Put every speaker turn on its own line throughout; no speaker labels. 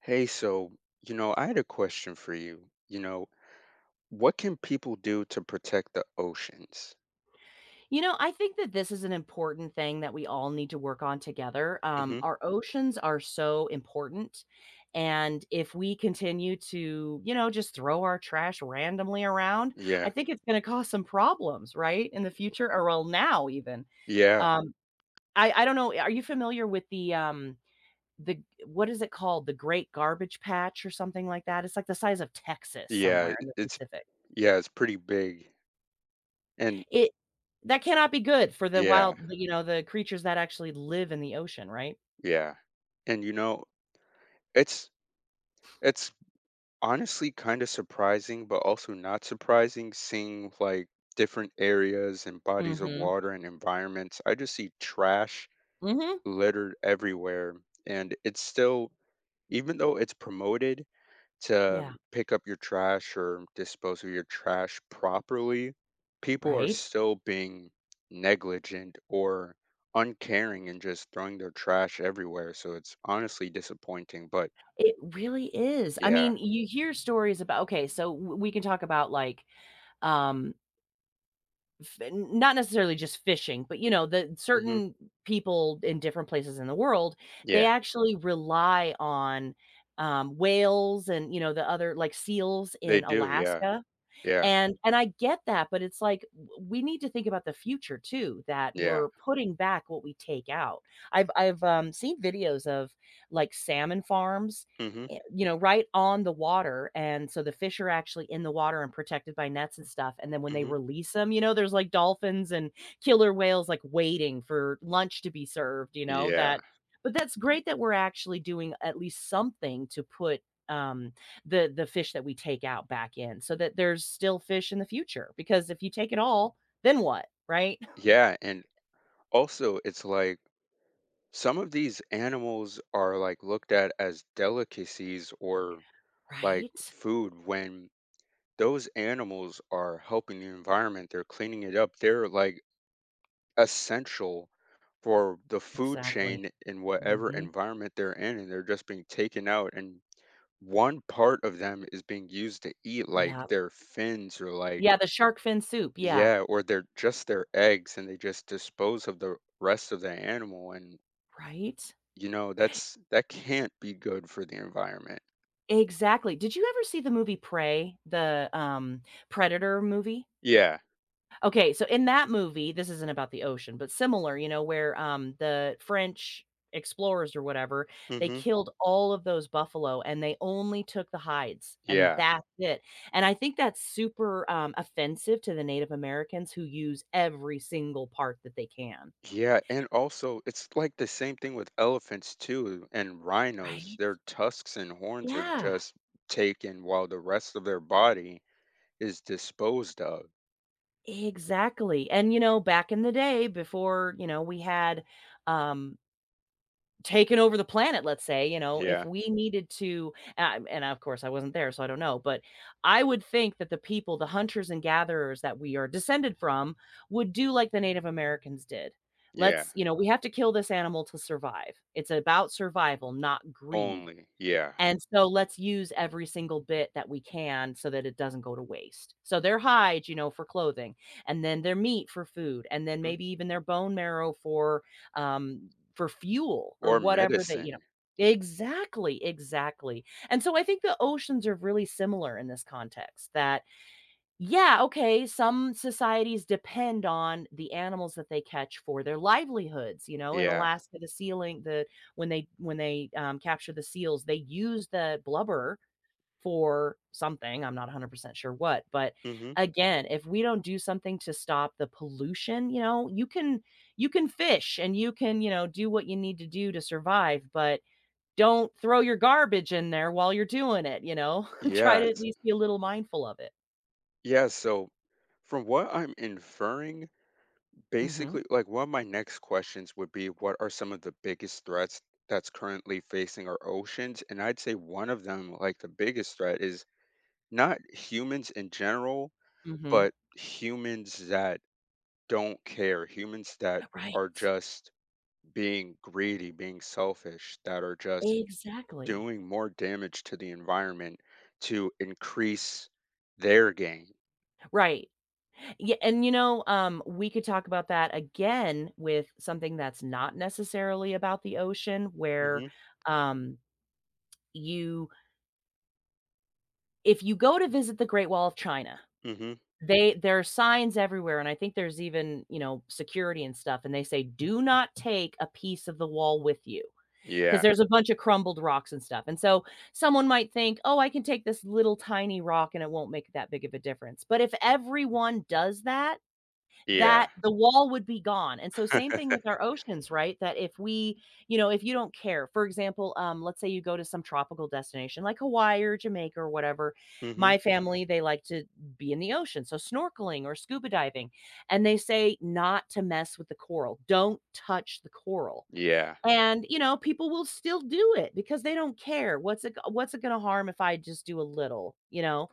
Hey, so, I had a question for you. What can people do to protect the oceans?
You know, I think that this is an important thing that we all need to work on together.
Hmm.
Our oceans are so important. And if we continue to, just throw our trash randomly around,
Yeah.
I think it's going to cause some problems, right? In the future, or well, now even.
Yeah.
Um, I don't know. Are you familiar with the what is it called? The Great Garbage Patch or something like that? It's like the size of Texas
Yeah.
somewhere in
it-
the
It's,
Pacific.
yeah, it's pretty big. And
It that cannot be good for the
yeah,
wild you know, the creatures that actually live in the ocean, right?
yeah. And it's, it's honestly kind of surprising, but also not surprising seeing like different areas and bodies of
Mhm.
water and environments. I just see trash
Mhm.
littered everywhere. And it's still, even though it's promoted, to
Yeah,
pick up your trash or dispose of your trash properly, people are
right?
still being negligent or uncaring and just throwing their trash everywhere. So it's honestly disappointing. But
It really is. I
yeah,
mean, you hear stories about okay, so w we can talk about, like, um, f n not necessarily just fishing, but, the
hmm,
certain people in different places in the world, they
yeah,
actually rely on, whales and, the other like, seals
they
in
do. Yeah,
Alaska.
yeah,
And I get that, but it's like w we need to think about the future too, that
yeah.
we're putting back what we take out. I've seen videos of, like, salmon farms,
Hmm.
right on the water, and so the fish are actually in the water and protected by nets and stuff, and then when they
Hmm.
release them, there's, like, dolphins and killer whales, like, waiting for lunch to be served, you know,
Yeah,
that but that's great that we're actually doing at least something to put, um the fish that we take out back in so that there's still fish in the future because if you take it all, then what, right?
yeah. And also, it's like some of these animals are like looked at as delicacies or like
Right.
food when those animals are helping the environment. They're cleaning it up. They're like essential for the food
Exactly.
chain in whatever
Hmm.
environment they're in, and they're just being taken out. And one part of them is being used to eat, like
Yeah.
their fins or like,
Yeah, the shark fin soup. Yeah.
yeah, or they're just their eggs, and they just dispose of the rest of the animal. And,
Right.
that's that can't be good for the environment.
Exactly. Did you ever see the movie Prey, the predator movie?
Yeah.
Okay, so in that movie, this isn't about the ocean, but similar, where, the French explorers or whatever, they
Hmm.
killed all of those buffalo and they only took the hides, and
Yeah.
that's it, and I think that's super, offensive to the Native Americans who use every single part that they can.
Yeah, and also it's like the same thing with elephants too and rhinos.
Right?
Their tusks and horns are
Yeah,
just taken while the rest of their body is disposed of.
exactly, and, back in the day before, we had, um, taken over the planet, let's say, if
Yeah.
we needed to and and of course I wasn't there, so I don't know, but I would think that the people, the hunters and gatherers that we are descended from would do like the Native Americans did.
Yeah.
We have to kill this animal to survive. It's about survival, not greed.
Only. Yeah.
And so let's use every single bit that we can so that it doesn't go to waste. So their hide, for clothing, and then their meat for food, and then
Mhm.
maybe even their bone marrow for, fuel or
Or
whatever that.
medicine.
Exactly, exactly. And so I think the oceans are really similar in this context that yeah, okay, some societies depend on the animals that they catch for their livelihoods, in
Yeah.
Alaska. The sealing the when they when they, um, capture the seals, they use the blubber for something, I'm not 100% sure what, but
Mhm.
again, if we don't do something to stop the pollution, you can fish and you can, do what you need to do to survive, but don't throw your garbage in there while you're doing it, you know? Try to at
Yes.
least be a little mindful of it.
Yeah, so from what I'm inferring,
Mhm,
basically like one of my next questions would be what are some of the biggest threats that's currently facing our oceans? And I'd say one of them, like the biggest threat is not humans in general,
mhm.
but humans that don't care, humans that are
Right.
just being greedy, being selfish, that are just
Exactly.
doing more damage to the environment to increase their gain.
Right. Yeah, and we could talk about that again with something that's not necessarily about the ocean where,
Mhm,
um, you if you go to visit the Great Wall of China,
mhm.
they there are signs everywhere, and I think there's even, security and stuff, and they say, "Do not take a piece of the wall with you," because
Yeah,
there's a bunch of crumbled rocks and stuff. And so someone might think, oh, I can take this little tiny rock and it won't make that big of a difference. But if everyone does that,
yeah.
that the wall would be gone. And so same thing with our oceans, right? That if you don't care, for example, let's say you go to some tropical destination like Hawaii or Jamaica or whatever.
Mhm.
My family, they like to be in the ocean. So snorkeling or scuba diving. And they say not to mess with the coral. Don't touch the coral
Yeah.
and, people will still do it because they don't care. What's it gonna harm if I just do a little, you know?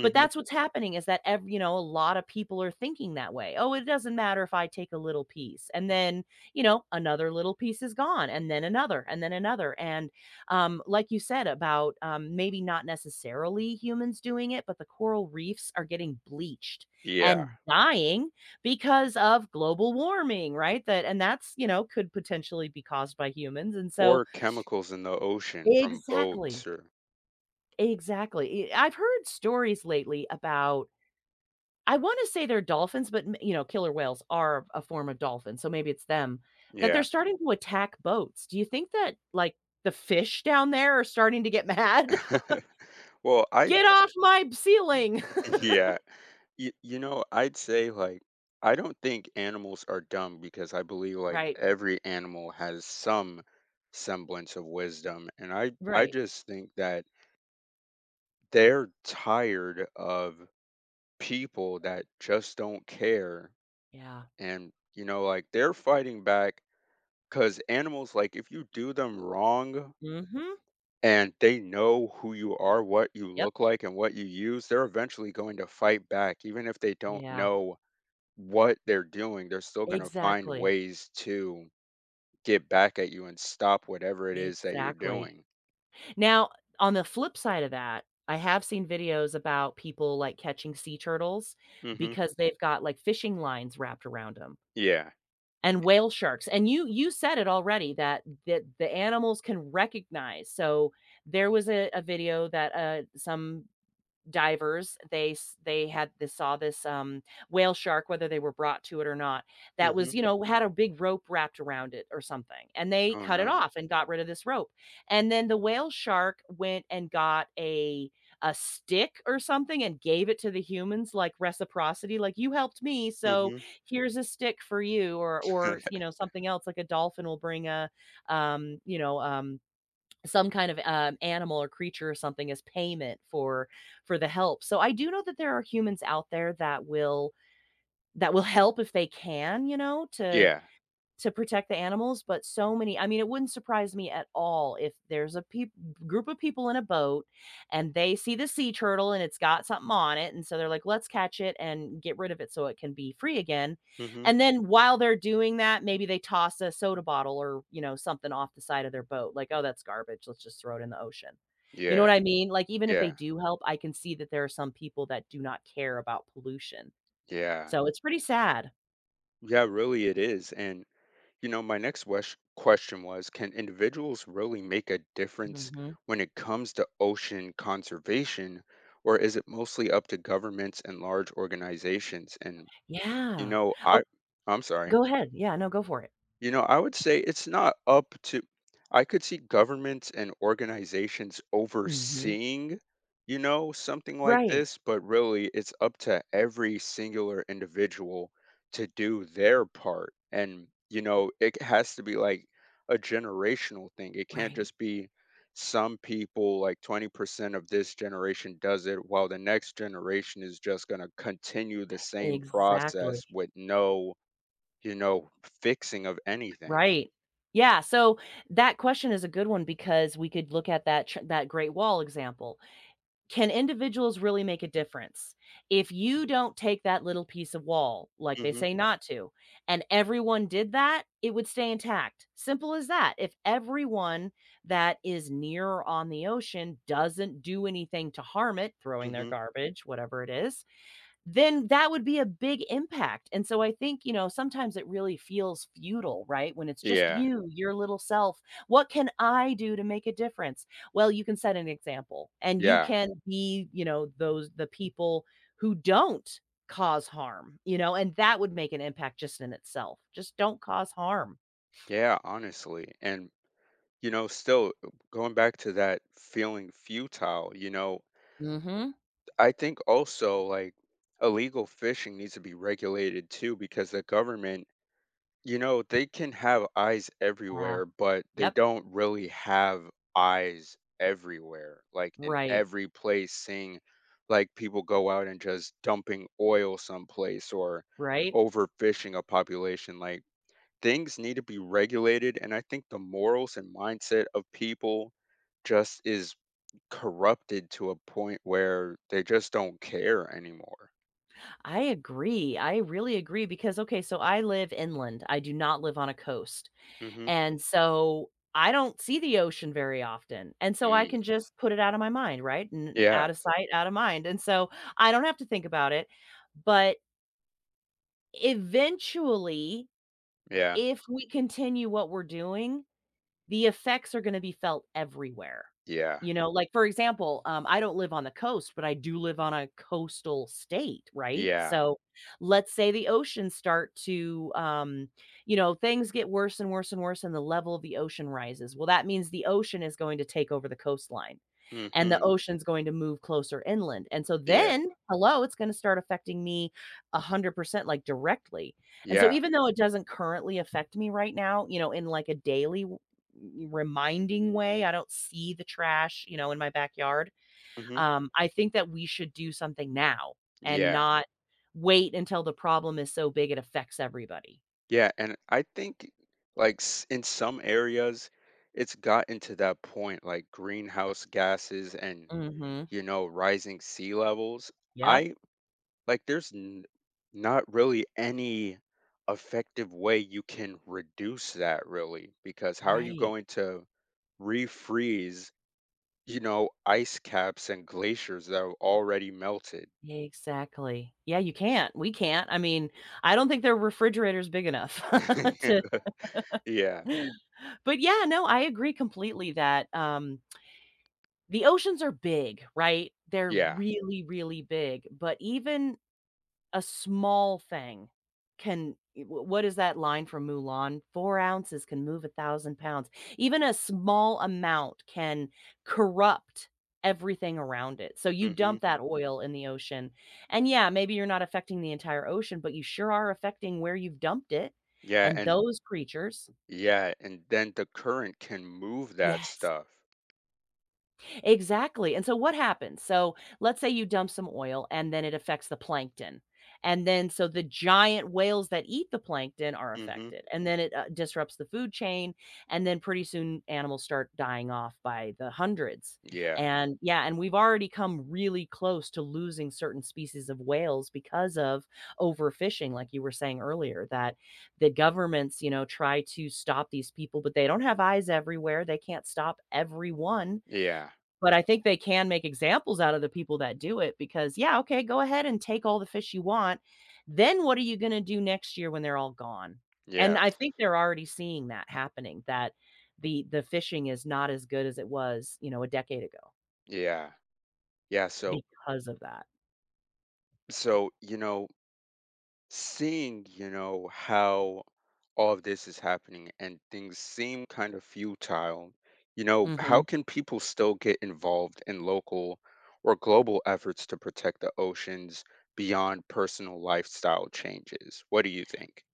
But that's what's happening is that a lot of people are thinking that way. Oh, it doesn't matter if I take a little piece. And then, another little piece is gone and then another and then another. And, like you said about, maybe not necessarily humans doing it, but the coral reefs are getting bleached
Yeah.
and dying because of global warming, right? That and that's, you know, could potentially be caused by humans. And so
Or chemicals in the ocean from
exactly.
boats or
Exactly. I've heard stories lately about I want to say they're dolphins, but killer whales are a form of dolphin, so maybe it's them that they're
yeah.
starting to attack boats. Do you think that like the fish down there are starting to get mad?
Well, I
Get off my ceiling.
yeah. I'd say like I don't think animals are dumb because I believe like
Right.
every animal has some semblance of wisdom and I
Right.
just think that they're tired of people that just don't care
Yeah.
and like they're fighting back cuz animals like if you do them wrong
Mhm.
and they know who you are, what you
Yep.
look like and what you use, they're eventually going to fight back even if they don't
Yeah.
know what they're doing, they're still gonna find
Exactly.
ways to get back at you and stop whatever it is that you're
Exactly.
doing.
Now, on the flip side of that, I have seen videos about people, like, catching sea turtles
Mhm.
because they've got, like, fishing lines wrapped around them
Yeah.
and whale sharks, and you said it already that the animals can recognize, so there was a video that, some divers, they s they had they saw this, whale shark, whether they were brought to it or not, that was,
Mhm.
you know, had a big rope wrapped around it or something, and they
Oh,
cut it
no.
off and got rid of this rope, and then the whale shark went and got a stick or something and gave it to the humans like reciprocity, like, "You helped me, so
Mhm.
here's a stick for you," or something else, like a dolphin will bring um, you know, um, some kind of animal or creature or something as payment for the help. So I do know that there are humans out there that will help if they can, to
Yeah.
to protect the animals, but so many I mean, it wouldn't surprise me at all if there's a peop group of people in a boat and they see the sea turtle and it's got something on it, and so they're like, "Let's catch it and get rid of it so it can be free again."
Mhm.
And then while they're doing that, maybe they toss a soda bottle or, something off the side of their boat, like, "Oh, that's garbage. Let's just throw it in the ocean." You know what
Yeah.
I mean? Like, even if they
Yeah.
do help, I can see that there are some people that do not care about pollution.
Yeah.
So it's pretty sad.
Yeah, really it is, and, my next wesh question was, can individuals really make a difference
Mhm.
when it comes to ocean conservation, or is it mostly up to governments and large organizations? And, you
Yeah.
know, I I'm sorry.
Go ahead. Yeah, no, go for it.
You know, I would say it's not up to I could see governments and organizations
Mhm.
overseeing, something like
Right,
this, but really it's up to every singular individual to do their part. And, it has to be like a generational thing. It can't
right.
just be some people, like 20% of this generation does it, while the next generation is just going to continue the same
Exactly.
process with no fixing of anything.
Right. Yeah, so that question is a good one because we could look at that Great Wall example. Can individuals really make a difference? If you don't take that little piece of wall, like they
Mhm,
say not to, and everyone did that, it would stay intact. Simple as that. If everyone that is near or on the ocean doesn't do anything to harm it, throwing their
mhm.
garbage, whatever it is, then that would be a big impact. And so I think, sometimes it really feels futile, right? When it's just
Yeah,
you, your little self. What can I do to make a difference? Well, you can set an example and you
yeah,
can be, you know, those the people who don't cause harm, and that would make an impact just in itself. Just don't cause harm.
yeah, honestly, and, still, going back to that feeling futile,
Mhm.
I think also, like, illegal fishing needs to be regulated too because the government, you know, they can have eyes
Yeah.
everywhere, but they
Yep.
don't really have eyes everywhere, like in
Right.
every place, seeing like people go out and just dumping oil someplace or
Right.
overfishing a population. Like things need to be regulated. And I think the morals and mindset of people just is corrupted to a point where they just don't care anymore.
I agree. I really agree because, okay, so I live inland. I do not live on a coast.
Mm-hmm.
And so I don't see the ocean very often, and so I
Mm.
can just put it out of my mind, right? And
Yeah.
out of sight, out of mind, and so I don't have to think about it, but eventually,
Yeah.
if we continue what we're doing, the effects are gonna be felt everywhere.
Yeah.
You know, like, for example, I don't live on the coast, but I do live on a coastal state, right?
Yeah.
So, let's say the oceans start to. Things get worse and worse and worse, and the level of the ocean rises. Well, that means the ocean is going to take over the coastline, and the
Mm-hmm.
ocean's going to move closer inland, and so
Yeah.
then, hello, it's gonna start affecting me 100%, like, directly, and so
Yeah.
even though it doesn't currently affect me right now, in, like, a daily reminding way. I don't see the trash, in my backyard.
Mhm.
I think that we should do something now and
Yeah.
not wait until the problem is so big it affects everybody.
Yeah, and I think, like, s in some areas, it's gotten to that point, like, greenhouse gases and,
Mhm.
rising sea levels.
Yep.
I there's n not really any effective way you can reduce that really, because how are you
Right.
going to refreeze, ice caps and glaciers that are already melted?
Exactly. Yeah, you can't. We can't. I mean, I don't think their refrigerator's big enough to
Yeah.
But yeah, no, I agree completely that, the oceans are big, right? They're
Yeah.
really, really big, but even a small thing can eh, wh what is that line from Mulan? 4 ounces can move 1,000 pounds. Even a small amount can corrupt everything around it. So you
Mhm.
dump that oil in the ocean, and yeah, maybe you're not affecting the entire ocean, but you sure are affecting where you've dumped it,
Yeah,
and
and
those creatures.
yeah, and then the current can move that
Yes.
stuff.
Exactly, and so what happens? So, let's say you dump some oil and then it affects the plankton, and then so the giant whales that eat the plankton are
Hmm.
affected, and then it, disrupts the food chain, and then pretty soon animals start dying off by the hundreds,
Yeah,
and yeah, and we've already come really close to losing certain species of whales because of overfishing, like you were saying earlier, that the governments, try to stop these people, but they don't have eyes everywhere, they can't stop everyone.
yeah,
But I think they can make examples out of the people that do it because, yeah, okay, go ahead and take all the fish you want. Then what are you gonna do next year when they're all gone? And
yeah,
I think they're already seeing that happening, that the fishing is not as good as it was, a decade ago
yeah, yeah. So,
because of that.
so seeing how all of this is happening and things seem kind of futile, how
Mhm.
can people still get involved in local or global efforts to protect the oceans beyond personal lifestyle changes? What do you think?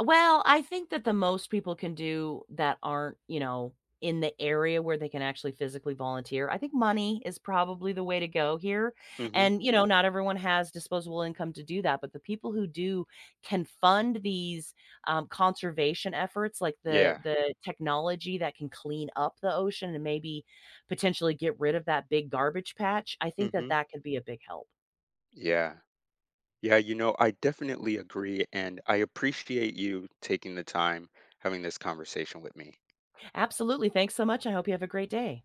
Well, I think that the most people can do that aren't, in the area where they can actually physically volunteer, I think money is probably the way to go here,
Hmm.
and, not everyone has disposable income to do that, but the people who do can fund these, conservation efforts, like the
Yeah,
the technology that can clean up the ocean and maybe potentially get rid of that big garbage patch. I think that
hmm,
that could be a big help.
yeah. Yeah, I definitely agree, and I appreciate you taking the time having this conversation with me.
Absolutely, thanks so much, I hope you have a great day.